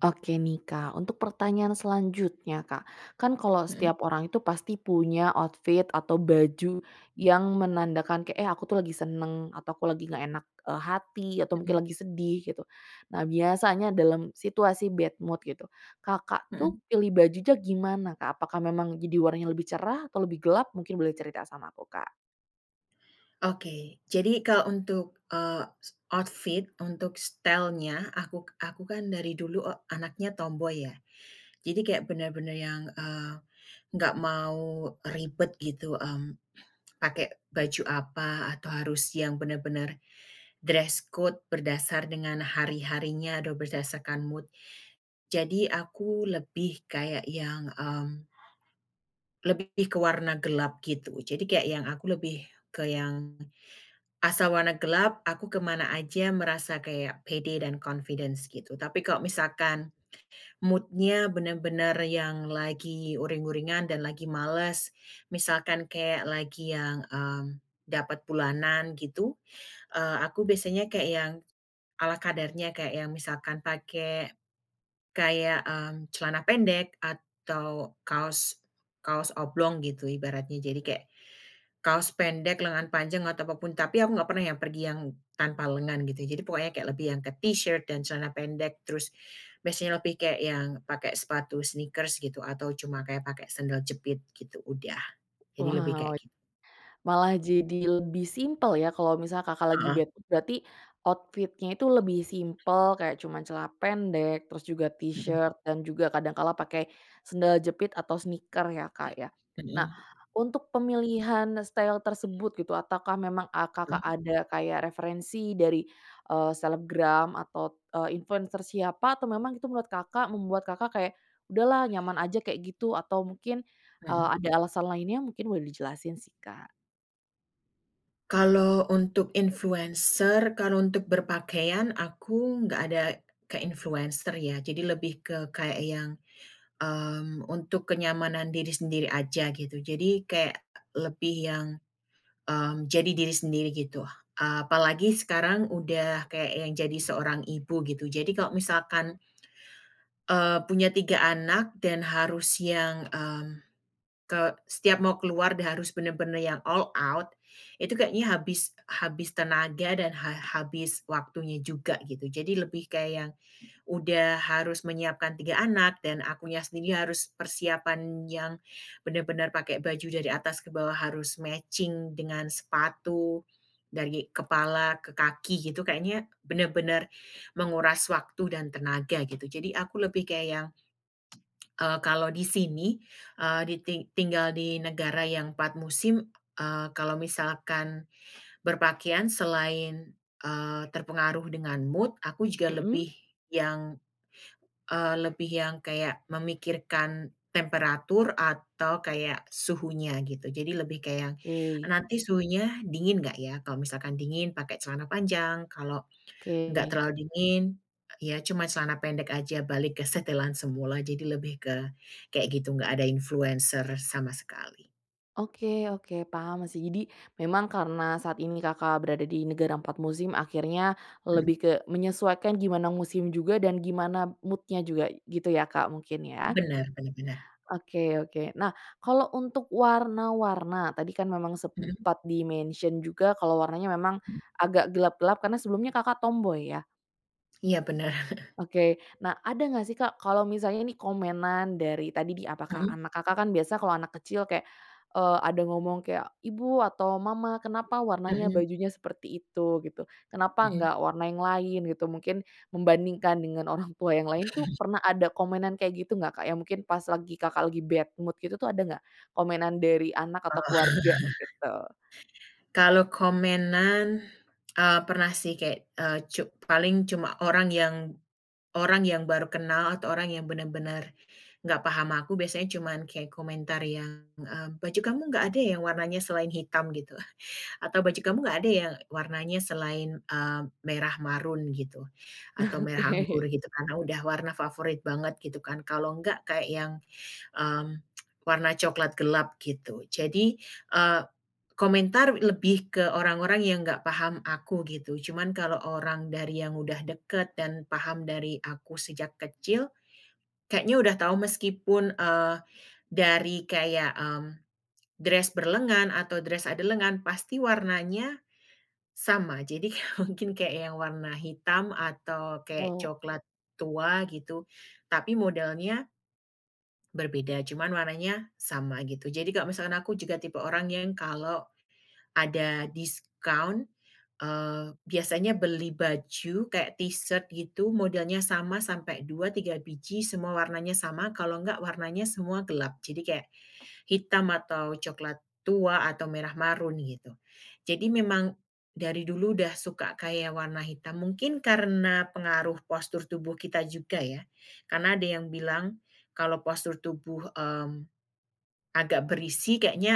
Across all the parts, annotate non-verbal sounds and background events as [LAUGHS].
Oke nih Kak, untuk pertanyaan selanjutnya Kak, kan kalau Mhm, setiap orang itu pasti punya outfit atau baju yang menandakan kayak, "Eh aku tuh lagi seneng," atau "Aku lagi nggak enak, hati," atau mhm, mungkin lagi sedih gitu. Nah biasanya dalam situasi bad mood gitu, Kakak mhm. tuh pilih bajunya gimana Kak? Apakah memang jadi warnanya lebih cerah atau lebih gelap? Mungkin boleh cerita sama aku Kak. Oke, jadi kalau untuk, outfit untuk style-nya aku kan dari dulu anaknya tomboy ya. Jadi kayak bener-bener yang, nggak mau ribet gitu, pakai baju apa atau harus yang bener-bener dress code berdasar dengan hari-harinya atau berdasarkan mood. Jadi aku lebih kayak yang, lebih ke warna gelap gitu. Jadi kayak yang aku lebih ke yang asal warna gelap, aku kemana aja merasa kayak pede dan confidence gitu. Tapi kalau misalkan moodnya bener-bener yang lagi uring-uringan dan lagi males, misalkan kayak lagi yang, dapat bulanan gitu, aku biasanya kayak yang ala kadarnya, kayak yang misalkan pakai kayak, celana pendek atau kaos kaos oblong gitu ibaratnya. Jadi kayak kaos pendek, lengan panjang, atau apapun tapi aku nggak pernah yang pergi yang tanpa lengan gitu. Jadi pokoknya kayak lebih yang ke T-shirt dan celana pendek, terus biasanya lebih kayak yang pakai sepatu sneakers gitu atau cuma kayak pakai sandal jepit gitu, udah. Jadi lebih Wow. kayak gitu. Malah jadi lebih simpel ya kalau misal Kakak lagi Heeh, bed, mood berarti outfitnya itu lebih simpel kayak cuman celana pendek, terus juga mhm, t-shirt dan juga kadang kala pakai sendal jepit atau sneaker ya, Kak, ya. Nah, mhm, untuk pemilihan style tersebut gitu ataukah memang, Kakak mhm, ada kayak referensi dari, selebgram atau, influencer siapa atau memang itu menurut Kakak membuat Kakak kayak, "Udahlah nyaman aja kayak gitu," atau mungkin, mhm. ada alasan lainnya mungkin boleh dijelasin sih, Kak? Kalau untuk influencer, kalau untuk berpakaian aku nggak ada ke influencer ya, jadi lebih ke kayak yang untuk kenyamanan diri sendiri aja gitu. Jadi kayak lebih yang, jadi diri sendiri gitu. Apalagi sekarang udah kayak yang jadi seorang ibu gitu. Jadi kalau misalkan, punya 3 anak dan harus yang, ke setiap mau keluar dan harus bener-bener yang all out, itu kayaknya habis habis tenaga dan habis waktunya juga gitu. Jadi lebih kayak yang udah harus menyiapkan 3 anak dan akunya sendiri harus persiapan yang benar-benar pakai baju dari atas ke bawah, harus matching dengan sepatu, dari kepala ke kaki gitu, kayaknya benar-benar menguras waktu dan tenaga gitu. Jadi aku lebih kayak yang, kalau di sini, di ting tinggal di negara yang 4 musim, kalau misalkan berpakaian selain, terpengaruh dengan mood, aku juga Mhm, lebih yang lebih yang kayak memikirkan temperatur atau kayak suhunya gitu. Jadi lebih kayak yang, oke nanti suhunya dingin nggak ya? Kalau misalkan dingin pakai celana panjang, kalau nggak oke terlalu dingin, ya cuma celana pendek aja balik ke setelan semula. Jadi lebih ke kayak gitu, nggak ada influencer sama sekali. oke oke, paham sih. Jadi memang karena saat ini Kakak berada di negara 4 musim akhirnya Mhm, lebih ke menyesuaikan gimana musim juga dan gimana moodnya juga gitu ya, Kak, mungkin ya? benar. Bener benar. Oke oke. Nah, kalau untuk warna-warna tadi kan memang Mhm, sempat di-mention juga kalau warnanya memang mhm. agak gelap-gelap karena sebelumnya Kakak tomboy ya? Iya bener. Oke. Nah, ada nggak sih, Kak, kalau misalnya ini komenan dari tadi di apakah Mhm, anak Kakak kan biasa kalau anak kecil kayak, ada ngomong kayak, "Ibu," atau "Mama, kenapa warnanya mhm, bajunya seperti itu?" Gitu. "Kenapa mhm. nggak warna yang lain?" Gitu. Mungkin membandingkan dengan orang tua yang lain tuh pernah ada komenan kayak gitu nggak, Kak? Ya mungkin pas lagi Kakak lagi bad mood gitu tuh ada nggak komenan dari anak atau Oh. keluarga [LAUGHS] gitu? Kalau komenan, pernah sih kayak, paling cuma orang yang baru kenal atau orang yang benar-benar nggak paham aku biasanya cuman kayak komentar yang, "Baju kamu nggak ada ya yang warnanya selain hitam?" gitu, atau "Baju kamu nggak ada yang warnanya selain, merah marun?" gitu, atau [LAUGHS] merah anggur Oke. gitu, karena udah warna favorit banget gitu kan. Kalau nggak kayak yang Mmm, warna coklat gelap gitu. Jadi, eee, komentar lebih ke orang-orang yang nggak paham aku gitu. Cuman kalau orang dari yang udah deket dan paham dari aku sejak kecil, kayaknya udah tahu meskipun, dari kayak, dress berlengan atau dress ada lengan pasti warnanya sama. Jadi [LAUGHS] mungkin kayak yang warna hitam atau kayak Oh, coklat tua gitu, tapi modelnya berbeda, cuman warnanya sama gitu. Jadi kalau misalkan aku juga tipe orang yang kalau ada diskon biasanya beli baju kayak T-shirt gitu modelnya sama sampai 2 3 biji semua warnanya sama kalau enggak warnanya semua gelap. Jadi kayak hitam atau coklat tua atau merah marun gitu. Jadi memang dari dulu udah suka kayak warna hitam mungkin karena pengaruh postur tubuh kita juga ya. Karena ada yang bilang kalau postur tubuh, agak berisi kayaknya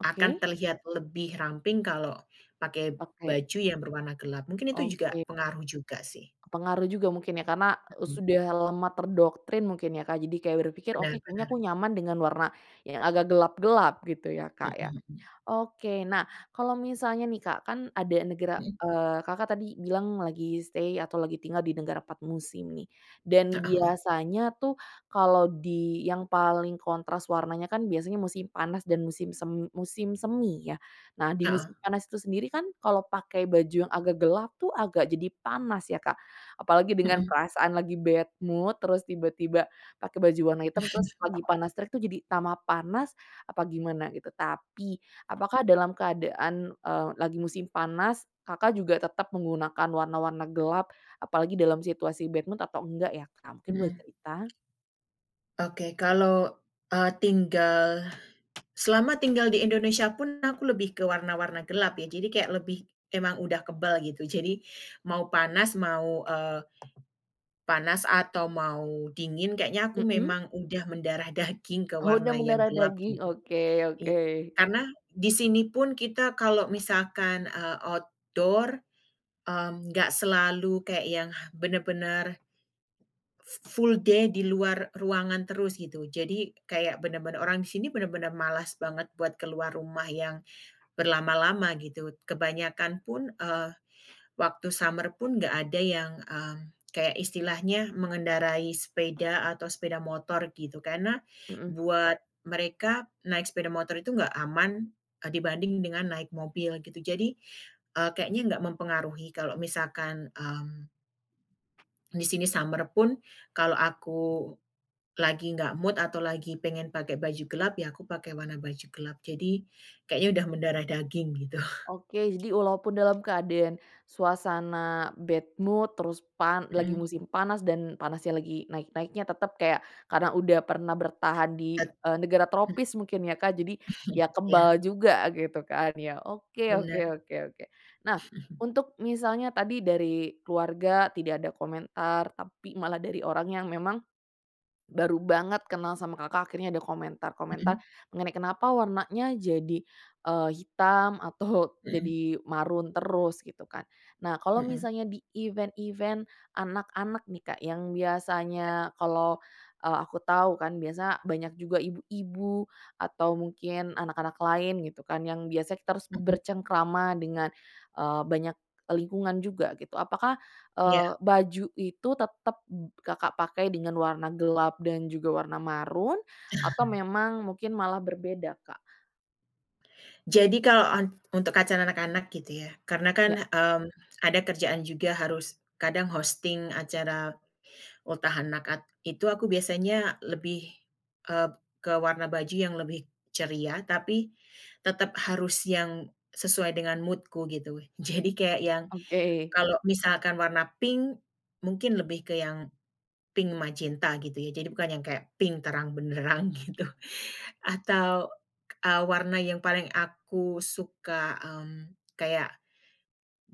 oke? akan terlihat lebih ramping kalau pakai Oke baju yang berwarna gelap. Mungkin itu juga oke. pengaruh juga sih. Pengaruh juga mungkin ya karena, Mhm, sudah lama terdoktrin mungkin ya Kak, jadi kayak berpikir, benar "Oke kayaknya benar. aku nyaman dengan warna yang agak gelap-gelap," gitu ya Kak Mhm, ya? mhm. Oke. Nah, kalau misalnya nih, Kak, kan ada negara Mhm. Kakak tadi bilang lagi stay atau lagi tinggal di negara 4 musim nih, dan Heeh, heeh. biasanya tuh kalau di yang paling kontras warnanya kan biasanya musim panas dan musim semi ya. Nah, di Heeh. musim panas itu sendiri kan kalau pakai baju yang agak gelap tuh agak jadi panas ya, Kak. Apalagi dengan Mhm, perasaan lagi bad mood, terus tiba-tiba pakai baju warna hitam, terus lagi panas terik tuh jadi tambah panas, apa gimana gitu. Tapi apakah dalam keadaan, lagi musim panas, Kakak juga tetap menggunakan warna-warna gelap, apalagi dalam situasi badminton atau enggak ya, Kak? Mungkin boleh mhm. cerita? Oke, kalau, eee, tinggal selama tinggal di Indonesia pun aku lebih ke warna-warna gelap ya, jadi kayak lebih emang udah kebal gitu. Jadi mau panas, mau, panas atau mau dingin kayaknya aku Mhm. memang udah mendarah daging ke Oh, udah warna yang mendarah gelap daging, git oke I oke. karena di sini pun kita kalau misalkan, outdoor, nggak selalu kayak yang benar-benar full day di luar ruangan terus gitu. Jadi kayak benar-benar orang di sini benar-benar malas banget buat keluar rumah yang berlama-lama gitu. Kebanyakan pun, waktu summer pun nggak ada yang, kayak istilahnya mengendarai sepeda atau sepeda motor gitu, karena Mhm. buat mereka naik sepeda motor itu nggak aman, dibanding dengan naik mobil gitu. Jadi, kayaknya nggak mempengaruhi kalau misalkan, di sini summer pun kalau aku lagi nggak mood atau lagi pengen pakai baju gelap, ya aku pakai warna baju gelap. Jadi kayaknya udah mendarah daging gitu. [LAUGHS] Oke, jadi walaupun dalam keadaan suasana bad mood, terus pan lagi Mhm, musim panas dan panasnya lagi naik-naiknya, tetap kayak karena udah pernah bertahan et di, negara mhm, tropis mungkin ya, Kak, jadi ya kebal iya, juga gitu kan ya. Oke oke oke oke. Nah, untuk misalnya tadi dari keluarga tidak ada komentar, tapi malah dari orang yang memang baru banget kenal sama Kakak akhirnya ada komentar-komentar mengenai kenapa warnanya jadi, hitam atau [LAUGHS] [LAUGHS] jadi marun terus gitu kan. Nah kalau mhm, misalnya di event-event anak-anak nih Kak yang biasanya kalau, aku tahu kan biasa banyak juga ibu-ibu atau mungkin anak-anak lain gitu kan yang biasa kita harus mhm, bercengkrama dengan, banyak lingkungan juga gitu. Apakah iya. Baju itu tetap Kakak pakai dengan warna gelap dan juga warna marun atau memang mungkin malah berbeda, Kak? Jadi kalau untuk acara anak-anak gitu ya, karena kan, Ya, ada kerjaan juga harus kadang hosting acara ultah anak itu aku biasanya lebih, eee, ke warna baju yang lebih ceria, tapi tetap harus yang sesuai dengan mood-ku gitu. Jadi kayak yang oke. kalau misalkan warna pink, mungkin lebih ke yang pink magenta gitu ya, jadi bukan yang kayak pink terang benderang [LAUGHS] gitu. Atau, warna yang paling aku suka, kayak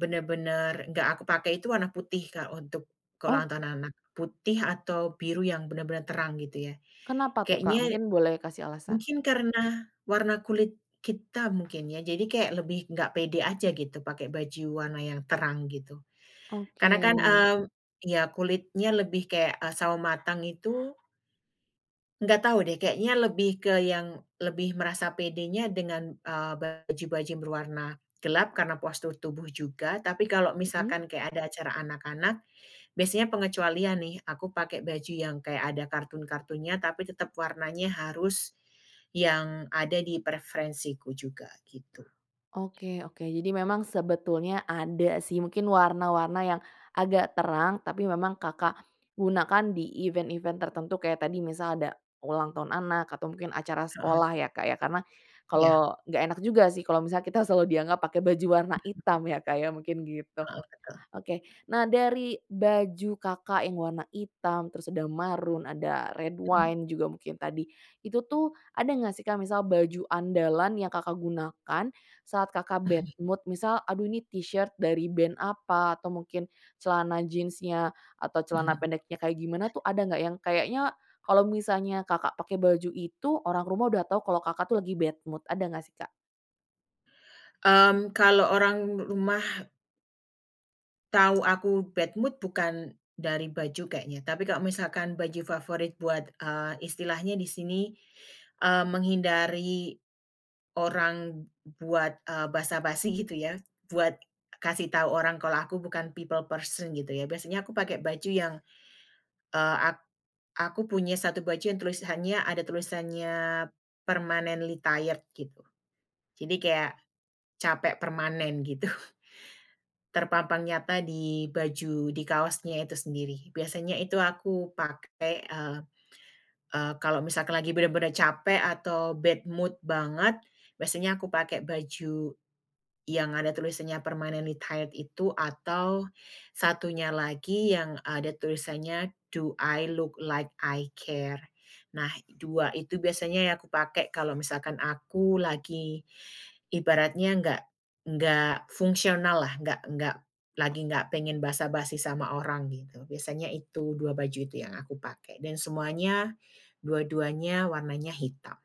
bener-bener nggak aku pakai itu warna putih, Kak, untuk ke ulang Oh, tahun anak. Putih atau biru yang bener-bener terang gitu ya. kenapa tuh, Kak? Kayaknya Mungkin boleh kasih alasan? mungkin karena warna kulit kita mungkin ya, jadi kayak lebih nggak pede aja gitu pakai baju warna yang terang gitu. Oke, Karena kan, ya kulitnya lebih kayak, sawo matang itu. Nggak tahu deh, kayaknya lebih ke yang lebih merasa pedenya dengan, baju-baju yang berwarna gelap karena postur tubuh juga, tapi kalau mhm. misalkan kayak ada acara anak-anak, biasanya pengecualian nih, aku pakai baju yang kayak ada kartun-kartunnya, tapi tetap warnanya harus yang ada di preferensiku juga, gitu. Oke oke, jadi memang sebetulnya ada sih mungkin warna-warna yang agak terang, tapi memang Kakak gunakan di event-event tertentu kayak tadi misal ada ulang tahun anak atau mungkin acara Heeh, sekolah ya, Kak, ya. Karena iya, kalau nggak enak juga sih kalau misalnya kita selalu dianggap pakai baju warna hitam ya, Kak, ya, mungkin gitu. heeh, Oke. Nah, dari baju Kakak yang warna hitam, terus ada maroon, ada red wine [LAUGHS] juga mungkin tadi. Itu tuh ada nggak sih Kak, misal baju andalan yang Kakak gunakan saat Kakak bad mood? Misal, aduh ini T-shirt dari band apa, atau mungkin celana jeansnya atau celana mhm. pendeknya kayak gimana tuh ada nggak yang kayaknya kalau misalnya Kakak pakai baju itu, orang rumah udah tahu kalau Kakak tuh lagi bad mood, ada nggak sih Kak? Kalau orang rumah tahu aku bad mood bukan dari baju kayaknya, tapi kalau misalkan baju favorit buat, istilahnya di sini, menghindari orang buat, basa-basi [LAUGHS] gitu ya, buat kasih tahu orang kalau aku bukan people person gitu ya. Biasanya aku pakai baju yang, eee, ak aku punya satu baju yang ada tulisannya permanently tired gitu. Jadi kayak capek permanen gitu. Terpampang nyata di baju, di kaosnya itu sendiri. Biasanya itu aku pakai, eee eee, kalau misalkan lagi bener-bener capek atau bad mood banget, biasanya aku pakai baju yang ada tulisannya permanently tired itu atau satunya lagi yang ada tulisannya, "Do I look like I care?" Nah, 2 itu biasanya yang aku pakai kalau misalkan aku lagi ibaratnya nggak fungsional lah, nggak lagi nggak pengen basa-basi sama orang gitu. Biasanya itu, 2 baju itu yang aku pakai dan semuanya dua-duanya warnanya hitam.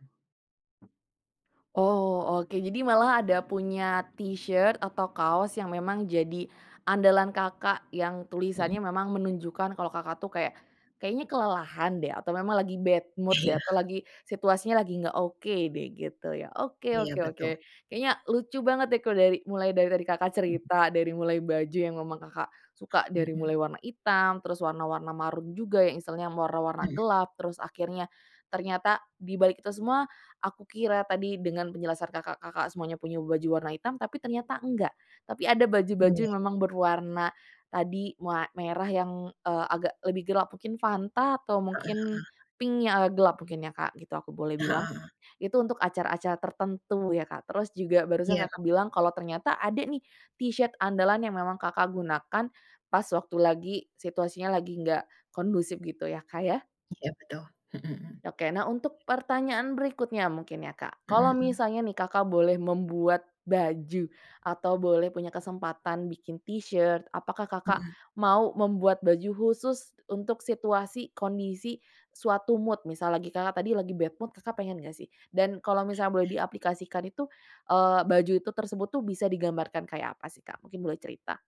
Oh, oke. Jadi malah ada punya T-shirt atau kaos yang memang jadi andalan Kakak, yang tulisannya Mhm. memang menunjukkan kalau Kakak tuh kayak, kayaknya kelelahan deh atau memang lagi bad mood deh Iya, atau lagi situasinya lagi nggak oke deh gitu ya. Oke iya, oke betul. oke. Kayaknya lucu banget deh kalau dari mulai dari tadi Kakak cerita, dari mulai baju yang memang Kakak suka, Mhm, dari mhm, mulai warna hitam, terus warna-warna marun juga yang istilahnya warna-warna gelap, terus akhirnya ternyata di balik itu semua aku kira tadi dengan penjelasan Kakak, Kakak semuanya punya baju warna hitam, tapi ternyata enggak. Tapi ada mhm, baju-baju iya. yang memang berwarna tadi wa merah yang, agak lebih gelap, mungkin Fanta atau mungkin pink yang agak gelap mungkin ya, Kak, gitu aku boleh Heeh, bilang. heeh. Itu untuk acara-acara tertentu ya, Kak. Terus juga barusan Iya, Kakak bilang kalau ternyata ada nih T-shirt andalan yang memang Kakak gunakan pas waktu lagi situasinya lagi nggak kondusif gitu ya, Kak, ya? iya, betul. Mhm, mhm. Oke, nah untuk pertanyaan berikutnya mungkin ya Kak, Mhm, kalau mhm. misalnya nih Kakak boleh membuat baju atau boleh punya kesempatan bikin t-shirt, apakah Kakak Mhm. mau membuat baju khusus untuk situasi, kondisi, suatu mood? Misal lagi Kakak tadi lagi bad mood, Kakak pengen nggak sih? Dan kalau misalnya boleh diaplikasikan itu, baju itu tersebut tuh bisa digambarkan kayak apa sih Kak? Mungkin boleh cerita.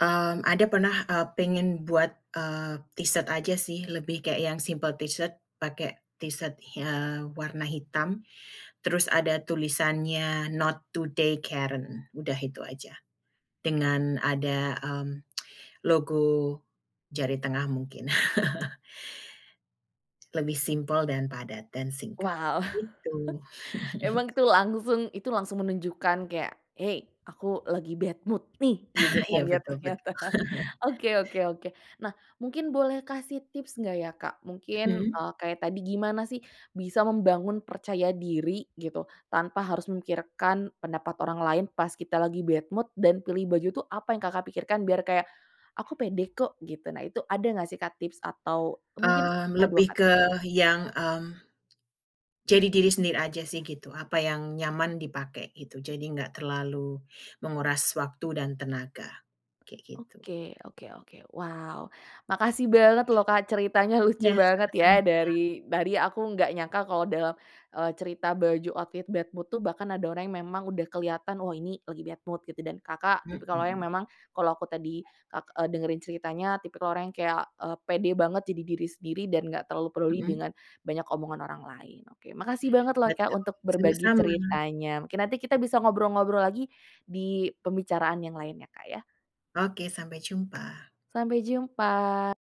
Ada pernah, pengen buat, t-shirt aja sih, lebih kayak yang simpel t-shirt, pakai t-shirt, warna hitam, terus ada tulisannya, "Not today Karen." Udah itu aja. Dengan ada, logo jari tengah mungkin. [LAUGHS] Lebih simpel dan padat dan singkat. Wow. Gitu. Emang itu langsung menunjukkan kayak, "Hey, aku lagi bad mood nih," gitu [LAUGHS] Iya, kan ya betul betul. ternyata. [LAUGHS] Oke oke oke. Nah, mungkin boleh kasih tips nggak ya, Kak? Mungkin, Mhm. Kayak tadi gimana sih bisa membangun percaya diri gitu, tanpa harus memikirkan pendapat orang lain pas kita lagi bad mood dan pilih baju tuh apa yang Kakak pikirkan biar kayak, "Aku pede kok," gitu. Nah, itu ada nggak sih, Kak, tips atau mungkin kata 2 Lebih kata? ke yang, jadi diri sendiri aja sih gitu, apa yang nyaman dipakai gitu, jadi nggak terlalu menguras waktu dan tenaga, kayak gitu. Oke oke oke. Wow, makasih banget loh Kak, ceritanya [LAUGHS] lucu Ya, banget sama-sama. ya dari aku nggak nyangka kalau dalam, cerita baju outfit bad mood tuh bahkan ada orang yang memang udah kelihatan, wah ini lagi bad mood gitu dan Kakak tipikal orang yang Mhm, memang kalau aku tadi kak dengerin ceritanya tipikal orang yang kayak, pede banget jadi diri sendiri dan nggak terlalu peduli mhm, dengan banyak omongan orang lain. Oke, makasih banget loh Kak, betul, untuk berbagi sama-sama. ceritanya. Mungkin nanti kita bisa ngobrol-ngobrol lagi di pembicaraan yang lain ya Kak ya. Oke, sampai jumpa. Sampai jumpa.